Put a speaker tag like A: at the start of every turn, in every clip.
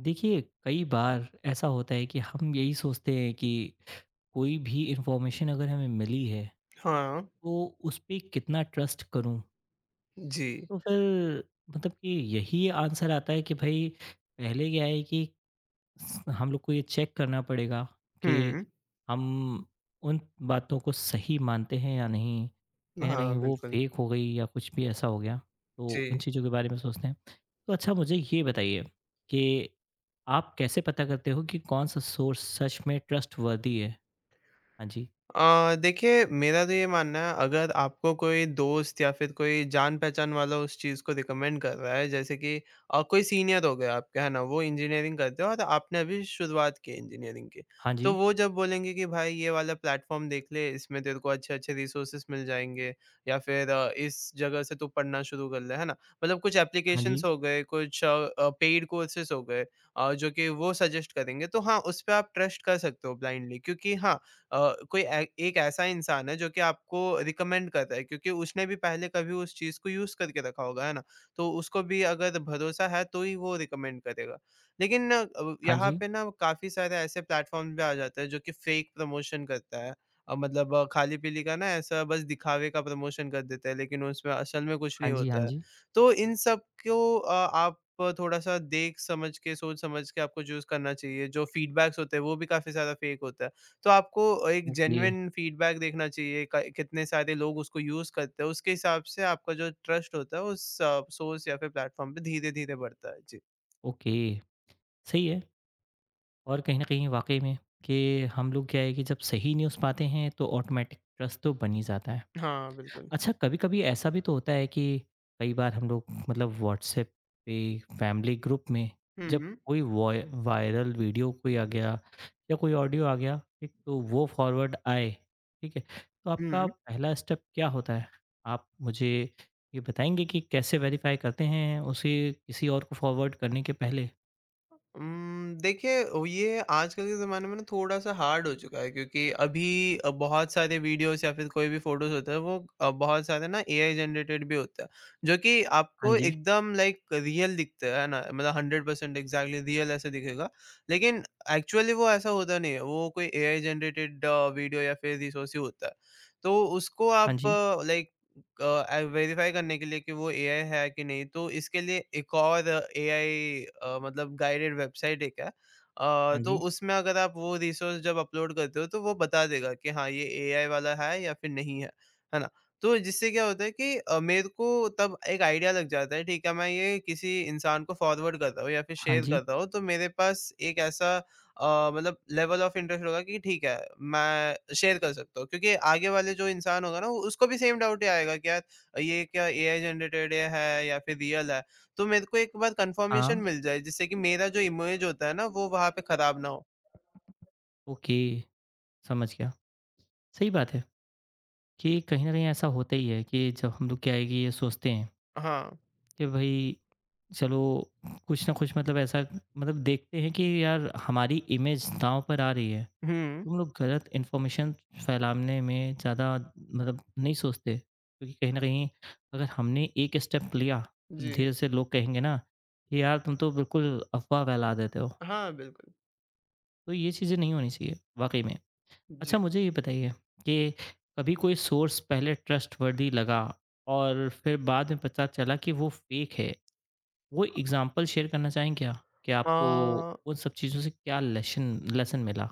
A: देखिए, कई बार ऐसा होता है कि हम यही सोचते हैं कि कोई भी इन्फॉर्मेशन अगर हमें मिली है,
B: हाँ,
A: तो उस पे कितना ट्रस्ट करूँ?
B: जी।
A: तो फिर मतलब कि यही आंसर आता है कि भई पहले क्या है कि हम लोग को ये चेक करना पड़ेगा कि
B: हुँ।
A: हम उन बातों को सही मानते हैं या नहीं। कहीं ना कहीं
B: हाँ,
A: वो
B: बिल्कुल।
A: फेक हो गई या कुछ भी ऐसा हो गया, तो
B: जी।
A: उन चीज़ों के बारे में सोचते हैं। तो अच्छा, मुझे ये बताइए कि आप कैसे पता करते हो कि कौन सा सोर्स सच में ट्रस्ट वर्दी है। हाँ जी,
B: देखिए मेरा तो ये मानना है अगर आपको कोई दोस्त या फिर कोई जान पहचान वाला उस चीज़ को रिकमेंड कर रहा है, जैसे कि कोई सीनियर हो गया आपके, है ना? वो इंजीनियरिंग करते हो और आपने अभी शुरुआत की है इंजीनियरिंग की।
A: हाँ
B: तो
A: जी,
B: वो जब बोलेंगे कि भाई ये वाला प्लेटफॉर्म देख ले, इसमें तेरे को अच्छे अच्छे रिसोर्सेस मिल जाएंगे, या फिर इस जगह से तू पढ़ना शुरू कर ले, है ना? मतलब कुछ
A: हाँ जी,
B: एप्लीकेशंस हो गए, कुछ पेड कोर्सेज हो गए, जो कि वो सजेस्ट करेंगे, तो हाँ, उस पर आप ट्रस्ट कर सकते हो ब्लाइंडली, क्योंकि हाँ, अ, कोई ए एक ऐसा इंसान है जो कि आपको रिकमेंड कर रहा है, क्योंकि उसने भी पहले कभी उस चीज़ को यूज़ करके रखा होगा, है ना? तो उसको भी अगर भरोसा है तो ही वो रिकमेंड करेगा। लेकिन
A: हाँ
B: यहाँ
A: जी,
B: पे ना काफ़ी सारे ऐसे प्लेटफ़ॉर्म भी आ जाते हैं जो कि फेक प्रमोशन करता है। मतलब खाली-पीली का ना ऐसा बस दिखावे का प्रमोशन कर देते हैं, लेकिन उसमें असल में कुछ
A: हाँ
B: नहीं
A: जी, हाँ
B: होता है।
A: जी।
B: तो इन सब को आप थोड़ा-सा देख समझ के, सोच समझ के आपको चूज़ करना चाहिए। जो फीडबैक्स होते हैं वो भी काफ़ी ज़्यादा फेक होता है। तो आपको एक
A: ओके।
B: जेन्युइन फीडबैक देखना चाहिए क कितने सारे लोग उसको यूज़ करते हैं, उसके हिसाब से आपका जो ट्रस्ट होता है उस सोर्स या फिर प्लेटफ़ॉर्म पे धीरे-धीरे बढ़ता है। जी।
A: ओके, सही है। और कहीं ना कहीं वाकई में कि हम लोग क्या है कि जब सही न्यूज़ पाते हैं तो ऑटोमेटिक ट्रस्ट तो बन ही जाता है।
B: हाँ, बिल्कुल।
A: अच्छा, कभी-कभी ऐसा भी तो होता है कि कई बार हम लोग मतलब व्हाट्सएप पे फैमिली ग्रुप में
B: हुँ,
A: जब
B: हुँ।
A: कोई वॉय वायरल वीडियो कोई आ गया या कोई ऑडियो आ गया, ठीक, तो वो फॉरवर्ड आए, ठीक है, तो आपका
B: हुँ।
A: पहला स्टेप क्या होता है? आप मुझे ये बताएँगे कि कैसे वेरीफ़ाई करते हैं उसे किसी और को फॉरवर्ड करने के पहले?
B: देखिए ओ ये आजकल के ज़माने में ना थोड़ा-सा हार्ड हो चुका है, क्योंकि अभी बहुत सारे वीडियोज़ या फिर कोई भी फ़ोटोज़ होता है वो बहुत सारे ना एआई जनरेटेड भी होता है, जो कि
A: हाँ
B: आपको
A: जी,
B: एकदम लाइक रियल दिखता है ना? मतलब 100% एक्ज़ैक्टली रियल ऐसे दिखेगा, लेकिन एक्चुअली वो ऐसा होता नहीं है, वो कोई एआई जनरेटेड वीडियो या फिर रिसोर्स ही होता है। तो उसको
A: हाँ
B: आप
A: जी,
B: लाइक वेरिफाई करने के लिए कि वो एआई है कि नहीं, तो इसके लिए एक और एआई मतलब गाइडेड वेबसाइट एक है।
A: हाँ
B: तो
A: जी,
B: उसमें अगर आप वो रिसोर्स जब अपलोड करते हो तो वो बता देगा कि हाँ ये एआई वाला है या फिर नहीं है, है ना? तो जिससे क्या होता है कि मेरे को तब एक आइडिया लग जाता है, ठीक है मैं ये किसी इंसान को फॉरवर्ड कर रहा हूँ या फिर
A: हाँ
B: शेयर
A: जी,
B: कर रहा हूँ, तो मेरे पास एक ऐसा मतलब लेवल ऑफ इंटरेस्ट होगा कि ठीक है, मैं शेयर कर सकता हूँ। क्योंकि आगे वाले जो इंसान होगा ना, उसको भी सेम डाउट ही आएगा कि यार ये क्या एआई जनरेटेड है या फिर रियल है? तो मेरे को एक बार कन्फर्मेशन
A: हाँ,
B: मिल जाए, जिससे कि मेरा जो इमेज होता है ना, वो वहाँ पे खराब ना हो।
A: ओके, समझ गया। सही बात है। कि कहीं न कहीं ऐसा होता ही है कि जब हम लोग क्या है कि ये सोचते हैं
B: हाँ।
A: कि भई चलो कुछ ना कुछ मतलब ऐसा मतलब देखते हैं कि यार हमारी इमेज दाँव पर आ रही है।
B: हुँ।
A: तुम लोग गलत इन्फॉर्मेशन फैलाने में ज़्यादा मतलब नहीं सोचते, क्योंकि कहीं न कहीं अगर हमने एक स्टेप लिया, तो
B: जी।
A: धीरे से लोग कहेंगे ना कि यार तुम तो बिल्कुल अफ़वाह फैला देते हो।
B: हाँ, बिल्कुल।
A: तो ये चीज़ें नहीं होनी चाहिए वाक़ई में। अच्छा,
B: जी।
A: मुझे ये बताइए कि कभी कोई सोर्स पहले ट्रस्टवर्दी लगा और फिर बाद में पता चला कि वो फेक है, वो एग्ज़ाम्पल शेयर करना चाहेंगे क्या? कि
B: अ
A: आपको उन सब चीज़ों से क्या लेशन लेसन मिला?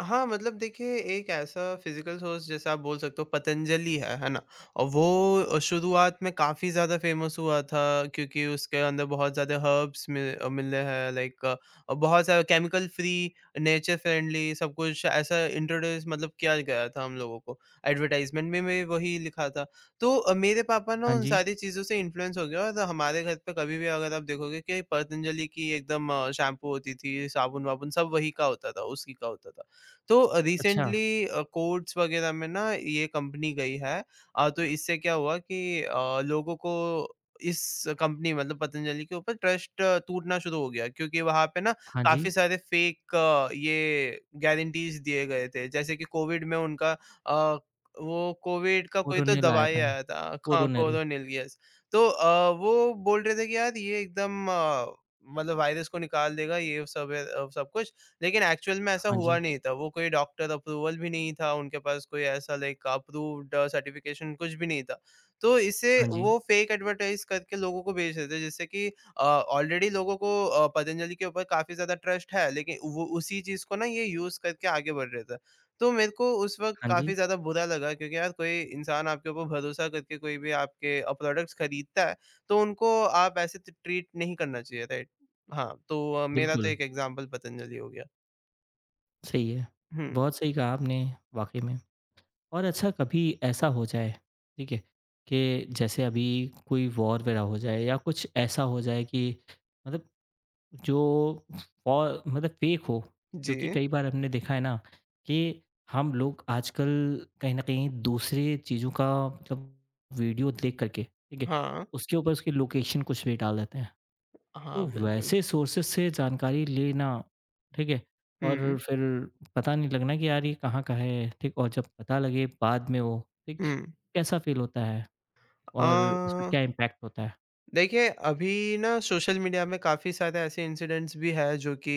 B: हाँ, मतलब देखिए एक ऐसा फ़िज़िकल सोर्स जैसे आप बोल सकते हो पतंजलि है ना? और वो शुरुआत में काफ़ी ज़्यादा फ़ेमस हुआ था, क्योंकि उसके अंदर बहुत ज़्यादा हर्ब्स मिले हैं, लाइक बहुत सारे केमिकल फ्री, नेचर फ्रेंडली सब कुछ ऐसा इंट्रोड्यूस मतलब किया गया था हम लोगों को। एडवर्टाइज़मेंट में भी वही लिखा था। तो मेरे पापा ना
A: हाँ
B: उन
A: जी।
B: सारी चीज़ों से इन्फ्लुएंस हो गए और हमारे घर पे कभी भी अगर आप देखोगे कि पतंजलि की एकदम शैम्पू होती थी, साबुन-वाबुन सब वही का होता था, उसी का होता था। तो
A: अच्छा,
B: रिसेंटली कोर्ट्स वगैरह में ना ये कंपनी गई है। तो इससे क्या हुआ कि लोगों को इस कंपनी मतलब पतंजलि के ऊपर ट्रस्ट टूटना शुरू हो गया, क्योंकि वहाँ पे ना
A: हाँ जी।
B: काफ़ी सारे फेक ये गारंटीज़ दिए गए थे। जैसे कि कोविड में उनका अ, वो कोविड का कोई तो
A: कोरोनिल आया
B: दवाई
A: था।
B: आया था। हाँ,
A: कोरोनिल।
B: कोरोनिलियस। तो वो बोल रहे थे कि यार ये एकदम मतलब वायरस को निकाल देगा, ये सब है सब कुछ, लेकिन एक्चुअल में ऐसा
A: हाँ
B: हुआ
A: जी,
B: नहीं था। वो कोई डॉक्टर अप्रूवल भी नहीं था, उनके पास कोई ऐसा लाइक अप्रूव्ड सर्टिफ़िकेशन कुछ भी नहीं था। तो इससे
A: हाँ जी,
B: वो फ़ेक एडवर्टाइज़ करके लोगों को बेच देते हैं, जिससे कि ऑलरेडी लोगों को पतंजलि के ऊपर काफ़ी ज़्यादा ट्रस्ट है, लेकिन वो उसी चीज़ को ना ये यूज़ करके आगे बढ़ रहे थे। तो मेरे को उस वक़्त
A: हाँ जी।
B: काफ़ी ज़्यादा बुरा लगा, क्योंकि यार कोई इंसान आपके ऊपर भरोसा करके कोई भी आपके प्रोडक्ट्स खरीदता है, तो उनको आप ऐसे ट ट्रीट नहीं करना चाहिए, राइट? हाँ, तो मेरा तो
A: बिल्कुल,
B: एक एग्ज़ाम्पल पतंजलि हो गया।
A: सही है।
B: हुँ,
A: बहुत सही कहा आपने, वाक़ई में। और अच्छा, कभी ऐसा हो जाए, ठीक है, कि जैसे अभी कोई वॉर वगैरह हो जाए या कुछ ऐसा हो जाए कि मतलब जो और मतलब फ़ेक हो, क्योंकि
B: जी।
A: कई बार हमने देखा है ना कि हम लोग आजकल कहीं न कहीं दूसरे चीज़ों का मतलब वीडियो देख कर के, ठीक है,
B: हाँ।
A: उसके ऊपर उसकी लोकेशन कुछ भी डाल देते हैं।
B: हाँ,
A: तो
B: बिल्कुल।
A: वैसे सोर्सेस से जानकारी लेना, ठीक है? और
B: हुँ,
A: फिर पता नहीं लगना कि यार ये कहाँ का है, ठीक? और जब पता लगे बाद में वो, ठीक?
B: हुँ।
A: कैसा फ़ील होता है और उसका
B: अ,
A: क्या इम्पैक्ट होता है?
B: देखिए अभी ना सोशल मीडिया में काफ़ी सारे ऐसे इंसिडेंट्स भी हैं जो कि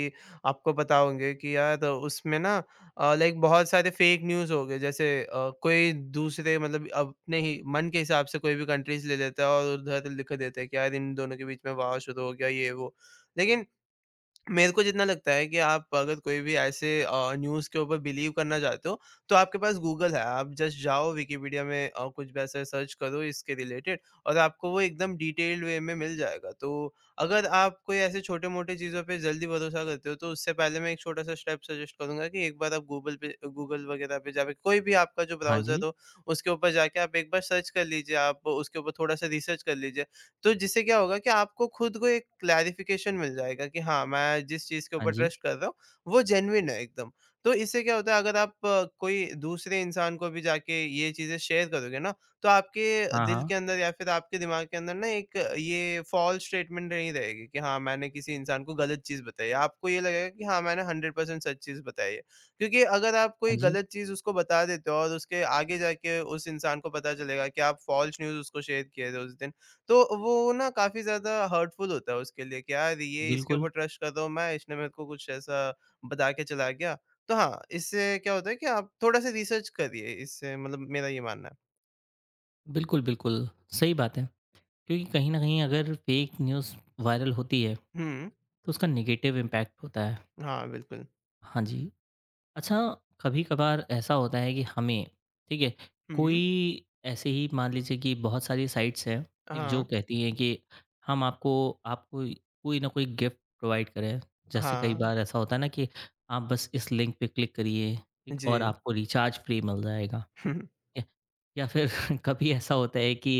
B: आपको पता होंगे कि यार उसमें ना लाइक बहुत सारे फेक न्यूज़ हो गए, जैसे कोई दूसरे मतलब अपने ही मन के हिसाब से कोई भी कंट्रीज़ ले लेता है और उधर लिख देते हैं कि यार इन दोनों के बीच में वार शुरू हो गया, ये वो। लेकिन मेरे को जितना लगता है कि आप अगर कोई भी ऐसे न्यूज़ के ऊपर बिलीव करना चाहते हो, तो आपके पास गूगल है। आप जस्ट जाओ विकिपीडिया में, कुछ भी ऐसा सर्च करो इसके रिलेटेड, और आपको वो एकदम डिटेल्ड वे में मिल जाएगा। तो अगर आप कोई ऐसे छोटे-मोटे चीज़ों पे जल्दी भरोसा करते हो, तो उससे पहले मैं एक छोटा-सा स्टेप सजेस्ट करूँगा कि एक बार आप गूगल पे गूगल वगैरह पे जाके कोई भी आपका जो
A: हाँ
B: ब्राउज़र
A: जी,
B: हो, उसके ऊपर जाके आप एक बार सर्च कर लीजिए। आप उसके ऊपर थोड़ा-सा रिसर्च कर लीजिए। तो जिससे क्या होगा कि आपको खुद को एक क्लैरिफिकेशन मिल जाएगा कि हाँ, मैं जिस चीज़ के
A: हाँ
B: ऊपर
A: जी,
B: ट्रस्ट कर रहा हूँ, वो जेन्युइन है एकदम। तो इससे क्या होता है, अगर आप कोई दूसरे इंसान को भी जाके ये चीज़ें शेयर करोगे ना, तो आपके
A: हाँ,
B: दिल
A: हाँ,
B: के अंदर या फिर आपके दिमाग के अंदर ना एक ये फ़ॉल्स स्टेटमेंट नहीं रहेगी कि हाँ, मैंने किसी इंसान को गलत चीज़ बताई है। आपको ये लगेगा कि हाँ, मैंने 100% सच चीज़ बताई है। क्योंकि अगर आप
A: हाँ
B: कोई
A: जी,
B: गलत चीज़ उसको बता देते हो और उसके आगे जाके उस इंसान को पता चलेगा कि आप फ़ॉल्स न्यूज़ उसको शेयर किए थे उस दिन। तो वो ना काफ़ी ज़्यादा हर्टफुल होता है उसके लिए कि यार ये इसके
A: बिल्कुल।
B: ऊपर ट्रस्ट कर रहा हूँ मैं, इसने मेरे को कुछ ऐसा बता के चला गया। तो हाँ, इससे क्या होता है कि आप थोड़ा-सा रिसर्च करिए, इससे मतलब मेरा ये मानना है।
A: बिल्कुल, बिल्कुल, सही बात है। क्योंकि कहीं न कहीं अगर फ़ेक न्यूज़ वायरल होती है,
B: हुँ,
A: तो उसका नेगेटिव इम्पैक्ट होता है।
B: हाँ, बिल्कुल।
A: हाँ जी। अच्छा, कभी कभार ऐसा होता है कि हमें, ठीक है, कोई
B: हुँ,
A: ऐसे ही मान लीजिए कि बहुत सारी साइट्स हैं, एक जो
B: हाँ,
A: कहती हैं कि हम आपको आपको कोई ना कोई गिफ्ट प्रोवाइड करें। जैसे कई
B: हाँ,
A: बार ऐसा होता है ना कि आप बस इस लिंक पे क्लिक करिए, ठीक, और
B: जी।
A: आपको रिचार्ज फ्री मिल जाएगा, ठीक है। या फिर कभी ऐसा होता है कि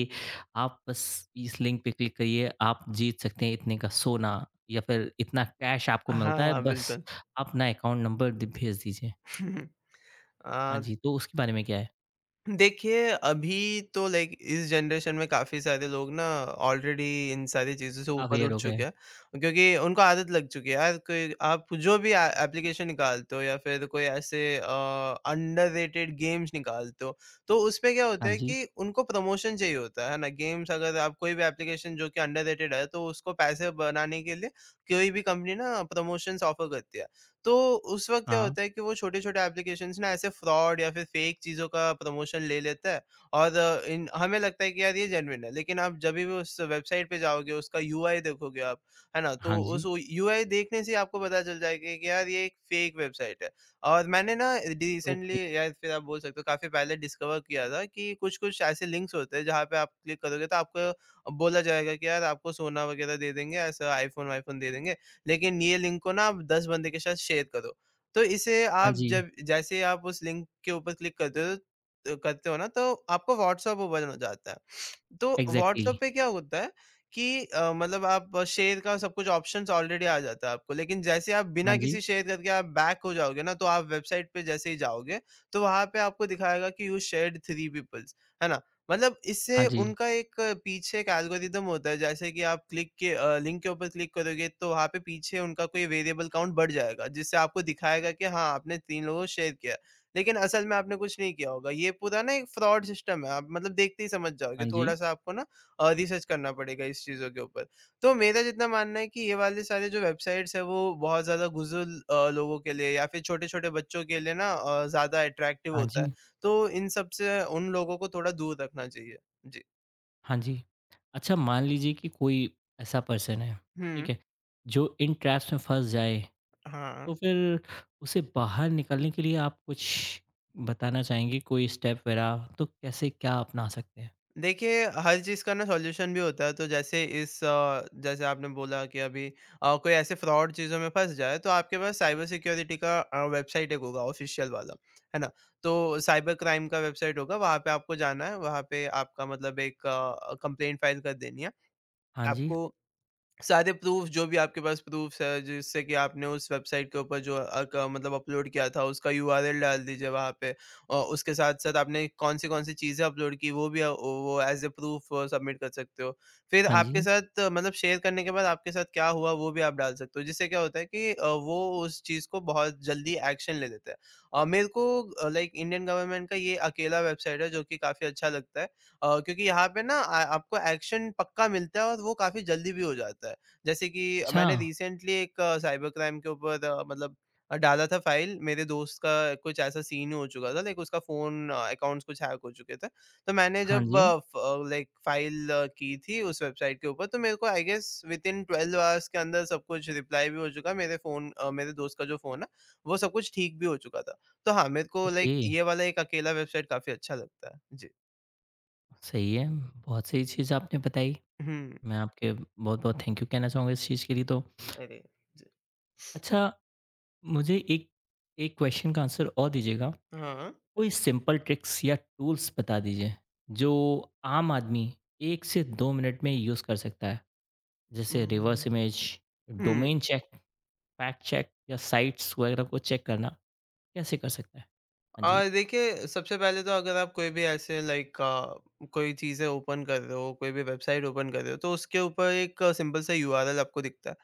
A: आप बस इस लिंक पे क्लिक करिए, आप जीत सकते हैं इतने का सोना या फिर इतना कैश आपको मिलता है,
B: हाँ,
A: बस
B: बिल्कुल।
A: अपना अकाउंट नंबर भेज दीजिए।
B: अ
A: हाँ जी, तो उसके बारे में क्या है?
B: देखिए, अभी तो लाइक इस जनरेशन में काफ़ी सारे लोग ना ऑलरेडी इन सारी चीज़ों से ऊपर
A: अवेयर
B: उठ
A: हो गए।
B: चुके हैं, क्योंकि उनको आदत लग चुकी है, यार कोई आप जो भी ए एप्लीकेशन निकालते हो या फिर कोई ऐसे अंडररेटेड गेम्स निकालते हो, तो उसपे क्या
A: हाँ
B: होता है
A: जी,
B: कि उनको प्रमोशन चाहिए होता है ना? गेम्स, अगर आप कोई भी एप्लीकेशन जो कि अंडररेटेड है, तो उसको पैसे बनाने के लिए कोई भी कंपनी ना प्रमोशंस ऑफ़र करती है। तो उस वक़्त क्या
A: हाँ,
B: होता है कि वो छोटे-छोटे एप्लीकेशंस ना ऐसे फ्रॉड या फिर फेक चीज़ों का प्रमोशन ले लेता है, और अ, इन हमें लगता है कि यार ये जेन्युइन है। लेकिन आप जभी भी उस वेबसाइट पे जाओगे, उसका यूआई देखोगे आप, है ना?
A: हाँ
B: तो उस
A: जी,
B: यूआई देखने से ही आपको पता चल जाएगा कि यार ये एक फेक वेबसाइट है। और मैंने ना
A: ओके,
B: रिसेंटली, या फिर आप बोल सकते हो काफ़ी पहले, डिस्कवर किया था कि कुछ-कुछ ऐसे लिंक्स होते हैं जहाँ पे आप क्लिक करोगे तो आपको बोला जाएगा कि यार आपको सोना वग़ैरह दे देंगे, ऐसा आईफ़ोन-वाईफ़ोन दे देंगे। लेकिन ये लिंक को ना आप 10 बंदे के साथ शेयर करो। तो इसे
A: हाँ
B: आप,
A: जी,
B: जब जैसे ही आप उस लिंक के ऊपर क्लिक करते हो, करते हो ना, तो आपको व्हाट्सएप ओपन हो जाता है। तो
A: एग्ज़ैक्टली।
B: व्हाट्सएप पे क्या होता है कि मतलब आप शेयर का सब कुछ ऑप्शंस ऑलरेडी आ जाता है आपको। लेकिन जैसे आप
A: हाँ
B: बिना
A: जी,
B: किसी शेयर करके आप बैक हो जाओगे ना, तो आप वेबसाइट पे जैसे ही जाओगे, तो वहाँ पे आपको दिखाएगा कि यू शेयर्ड 3 पीपल्स, है ना? मतलब
A: हाँ
B: इससे
A: जी,
B: उनका एक पीछे एक एल्गोरिदम होता है जैसे कि आप क्लिक के लिंक के ऊपर क्लिक करोगे तो वहाँ पे पीछे उनका कोई वेरिएबल काउंट बढ़ जाएगा जिससे आपको दिखाएगा कि हाँ आपने 3 लोगों को शेयर किया। लेकिन असल में आपने कुछ नहीं किया होगा। ये पूरा ना एक फ्रॉड सिस्टम है आप मतलब देखते ही समझ जाओगे।
A: हाँ जी,
B: थोड़ा-सा आपको ना रिसर्च करना पड़ेगा इस चीज़ों के ऊपर। तो मेरा जितना मानना है कि ये वाले सारे जो वेबसाइट्स हैं वो बहुत ज़्यादा बुज़ुर्ग लोगों के लिए या फिर छोटे-छोटे बच्चों के लिए ना ज़्यादा अट्रैक्टिव
A: हाँ
B: होता है।
A: जी,
B: तो इन सब से उन लोगों को थोड़ा दूर रखना चाहिए। जी।
A: हाँ जी। अच्छा, मान लीजिए कि कोई ऐसा पर्सन है,
B: हुँ।
A: ठीक है, जो इन ट्रैप्स में फँस जाए,
B: हाँ।
A: तो फिर उसे बाहर निकलने के लिए आप कुछ बताना चाहेंगे कोई स्टेप वगैरह, तो कैसे क्या अपना सकते हैं?
B: देखिए, हर चीज़ का ना सॉल्यूशन भी होता है, तो जैसे जैसे आपने बोला कि अभी कोई ऐसे फ्रॉड चीज़ों में फँस जाए, तो आपके पास साइबर सिक्योरिटी का वेबसाइट एक होगा ऑफ़िशियल वाला, है ना? तो साइबर क्राइम का वेबसाइट होगा, वहाँ पे आपको जाना है, वहाँ पे आपका मतलब एक कंप्लेंट फ़ाइल कर देनी है।
A: हाँ जी,
B: आपको सारे प्रूफ़ जो भी आपके पास प्रूफ़्स है, जिससे कि आपने उस वेबसाइट के ऊपर जो अ, क मतलब अपलोड किया था, उसका यूआरएल डाल दीजिए वहाँ पे। औ उसके साथ-साथ आपने कौन-सी-कौन सी कौन सी चीज़ें अपलोड की, वो भी वो एज़ अ प्रूफ़ सबमिट कर सकते हो। फिर
A: हाँ जी,
B: आपके साथ मतलब शेयर करने के बाद आपके साथ क्या हुआ, वो भी आप डाल सकते हो। जिससे क्या होता है कि वो उस चीज़ को बहुत जल्दी एक्शन ले लेते हैं। मेरे को लाइक इंडियन गवर्नमेंट का ये अकेला वेबसाइट है, जो कि काफ़ी अच्छा लगता है। क्योंकि यहाँ पे ना आ आपको एक्शन पक्का मिलता है और वो काफ़ी जल्दी भी हो जाता है। जैसे कि
A: अच्छा,
B: मैंने रिसेंटली एक साइबर क्राइम के ऊपर डाला था फाइल, मेरे दोस्त का कुछ ऐसा सीन हो चुका था लाइक उसका फ़ोन अकाउंट्स कुछ हैक हो चुके थे। तो मैंने
A: हाँ
B: जब
A: जी,
B: फ लाइक फाइल की थी उस वेबसाइट के ऊपर तो मेरे को आई गेस विथिन 12 आवर्स के अंदर सब कुछ रिप्लाई भी हो चुका है। मेरे दोस्त का जो फ़ोन है, वो सब कुछ ठीक भी हो चुका था। तो हाँ, मेरे को लाइक
A: ओके,
B: ये वाला एक अकेला वेबसाइट काफ़ी अच्छा लगता है। जी।
A: सही है, बहुत सही चीज़ आपने बताई।
B: हुँ।
A: मैं आपके बहुत-बहुत थैंक यू कहना चाहूँगा इस चीज़ के लिए तो।
B: अरे! ज
A: अच्छा, मुझे एक एक क्वेश्चन का आंसर और दीजिएगा।
B: हाँ।
A: कोई सिंपल ट्रिक्स या टूल्स बता दीजिए, जो आम आदमी 1 से 2 मिनट में यूज़ कर सकता है।
B: हुँ,
A: जैसे
B: हुँ,
A: रिवर्स इमेज,
B: हुँ।
A: डोमेन चेक, फैक्ट चेक या साइट्स वगैरह को चेक करना कैसे कर सकता है? हाँ जी।
B: देखिए सबसे पहले तो अगर आप कोई भी ऐसे कोई चीज़ें ओपन कर रहे हो, कोई भी वेबसाइट ओपन कर रहे हो, तो उसके ऊपर एक सिंपल सा यूआरएल आपको दिखता है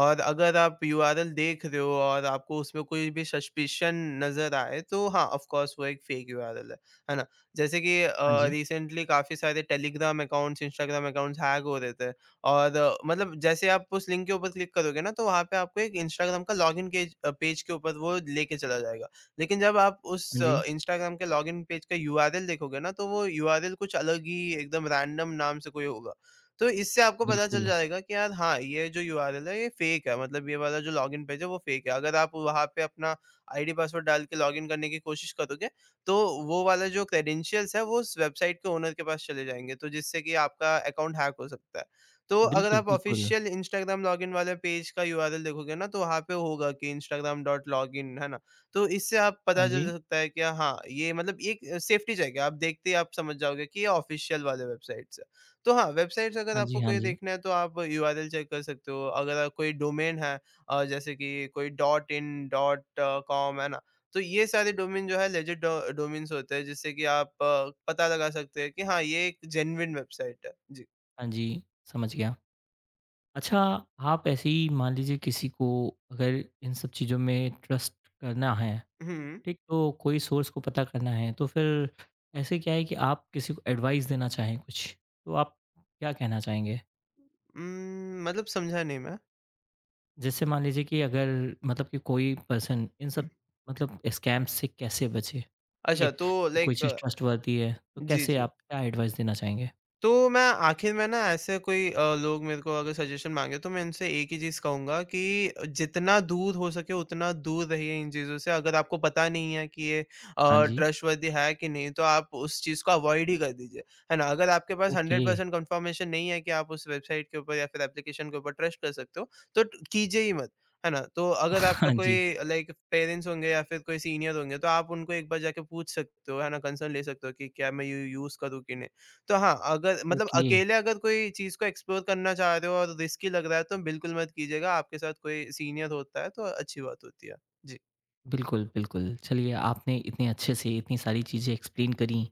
B: और अगर आप यूआरएल देख रहे हो और आपको उसमें कोई भी सस्पिशन नज़र आए, तो हाँ, ऑफ़ कोर्स वो एक फेक यूआरएल है ना? जैसे कि
A: हाँ जी।
B: रिसेंटली काफ़ी सारे Telegram accounts, Instagram accounts hack हो रहे थे और मतलब जैसे आप उस लिंक के ऊपर क्लिक करोगे ना, तो वहाँ पे आपको एक इंस्टाग्राम का पेज के ऊपर वो लेके चला जाएगा। लेकिन जब आप उस
A: हाँ जी।
B: अ, इंस्टाग्राम के लॉगिन पेज का यूआरएल देखोगे ना, तो वो यूआरएल कुछ अलग ही एकदम रैंडम नाम से कोई होगा। तो इससे आपको पता चल
A: बिल्कुल।
B: जाएगा कि यार हाँ, ये जो यूआरएल है ये फ़ेक है मतलब ये वाला जो लॉगिन पेज है वो फ़ेक है। अगर आप वहाँ पे अपना आईडी पासवर्ड डाल के लॉगिन करने की कोशिश करोगे, तो वो वाला जो क्रेडेंशियल्स है वो उस वेबसाइट के ओनर के पास चले जाएँगे, तो जिससे कि आपका अकाउंट हैक हो सकता है। तो अगर
A: बिल्कुल,
B: आप
A: बिल्कुल।
B: ऑफ़िशियल इंस्टाग्राम लॉगिन वाले पेज का यूआरएल देखोगे ना, तो वहाँ पे होगा कि instagram.login है ना? तो इससे आप
A: हाँ
B: पता चल
A: जी।
B: सकता है कि हाँ, ये मतलब एक सेफ्टी चेक है, आप देखते ही आप समझ जाओगे कि ये ऑफ़िशियल वाले वेबसाइट्स है। तो हाँ, वेबसाइट्स अगर
A: हाँ जी,
B: आपको
A: हाँ
B: कोई
A: जी।
B: देखना है तो आप यूआरएल चेक कर सकते हो, अगर आप- कोई डोमेन है जैसे कि कोई डॉट इन, डॉट कॉम है ना? तो ये सारे डोमेन जो है लेजिट डो डोमेन्स होते हैं जिससे कि आप पता लगा सकते हैं कि हाँ, ये एक जेन्युइन वेबसाइट है। जी।
A: हाँ जी, समझ गया। अच्छा, आप ऐसे ही मान लीजिए किसी को अगर इन सब चीज़ों में ट्रस्ट करना है,
B: हुँ,
A: ठीक? तो कोई सोर्स को पता करना है, तो फिर ऐसे क्या है कि आप किसी को एडवाइस देना चाहें कुछ, तो आप क्या कहना चाहेंगे?
B: मतलब समझा नहीं मैं।
A: जैसे मान लीजिए कि अगर मतलब कि कोई पर्सन इन सब मतलब स्कैम्स से कैसे बचे, ठीक है?
B: अच्छा तो
A: कि कोई
B: लाइक
A: चीज़ ट्रस्टवर्थी है, तो
B: जी,
A: कैसे
B: जी।
A: आप क्या एडवाइस देना चाहेंगे?
B: तो मैं आखिर में ना ऐसे कोई लोग मेरे को अगर सजेशन माँगे तो मैं इनसे एक ही चीज़ कहूँगा कि जितना दूर हो सके उतना दूर रहिए इन चीज़ों से। अगर आपको पता नहीं है कि ये
A: हाँ जी,
B: ट्रस्टवर्दी है कि नहीं तो आप उस चीज़ को अवॉइड ही कर दीजिए। है ना? अगर आपके पास
A: ओके।
B: 100% कन्फर्मेशन नहीं है कि आप उस वेबसाइट के ऊपर या फिर एप्लीकेशन के ऊपर ट्रस्ट कर सकते हो तो ट कीजिए ही मत। है ना? तो अगर आपका
A: हाँ जी,
B: कोई लाइक पेरेंट्स होंगे या फिर कोई सीनियर होंगे तो आप उनको एक बार जाके पूछ सकते हो है ना? कंसर्न ले सकते हो कि क्या मैं यू यूज़ करूँ कि नहीं? तो हाँ, अगर मतलब
A: ओके।
B: अकेले अगर कोई चीज़ को एक्सप्लोर करना चाह रहे हो और रिस्की लग रहा है तो बिल्कुल मत कीजिएगा, आपके साथ कोई सीनियर होता है तो अच्छी बात होती है। जी।
A: बिल्कुल, बिल्कुल। चलिए, आपने इतने अच्छे से इतनी सारी चीज़ें एक्सप्लेन करी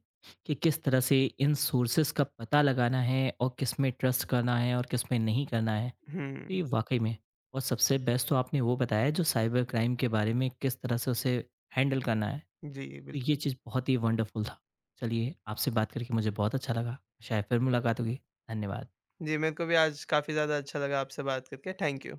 A: कि किस तरह से इन सोर्सेज़ का पता लगाना है और किस में ट्रस्ट करना है और किस में नहीं करना है। तो
B: हुँ,
A: ये वाक़ई में और सबसे बेस्ट तो आपने वो बताया जो साइबर क्राइम के बारे में किस तरह से उसे हैंडल करना है।
B: जी,
A: तो ये
B: बिल्कुल।
A: चीज़ बहुत ही वंडरफुल था। चलिए, आपसे बात करके मुझे बहुत अच्छा लगा। शायद फिर मुलाकात होगी। धन्यवाद।
B: जी, मेरे को भी आज काफ़ी ज़्यादा अच्छा लगा आपसे बात करके, थैंक यू।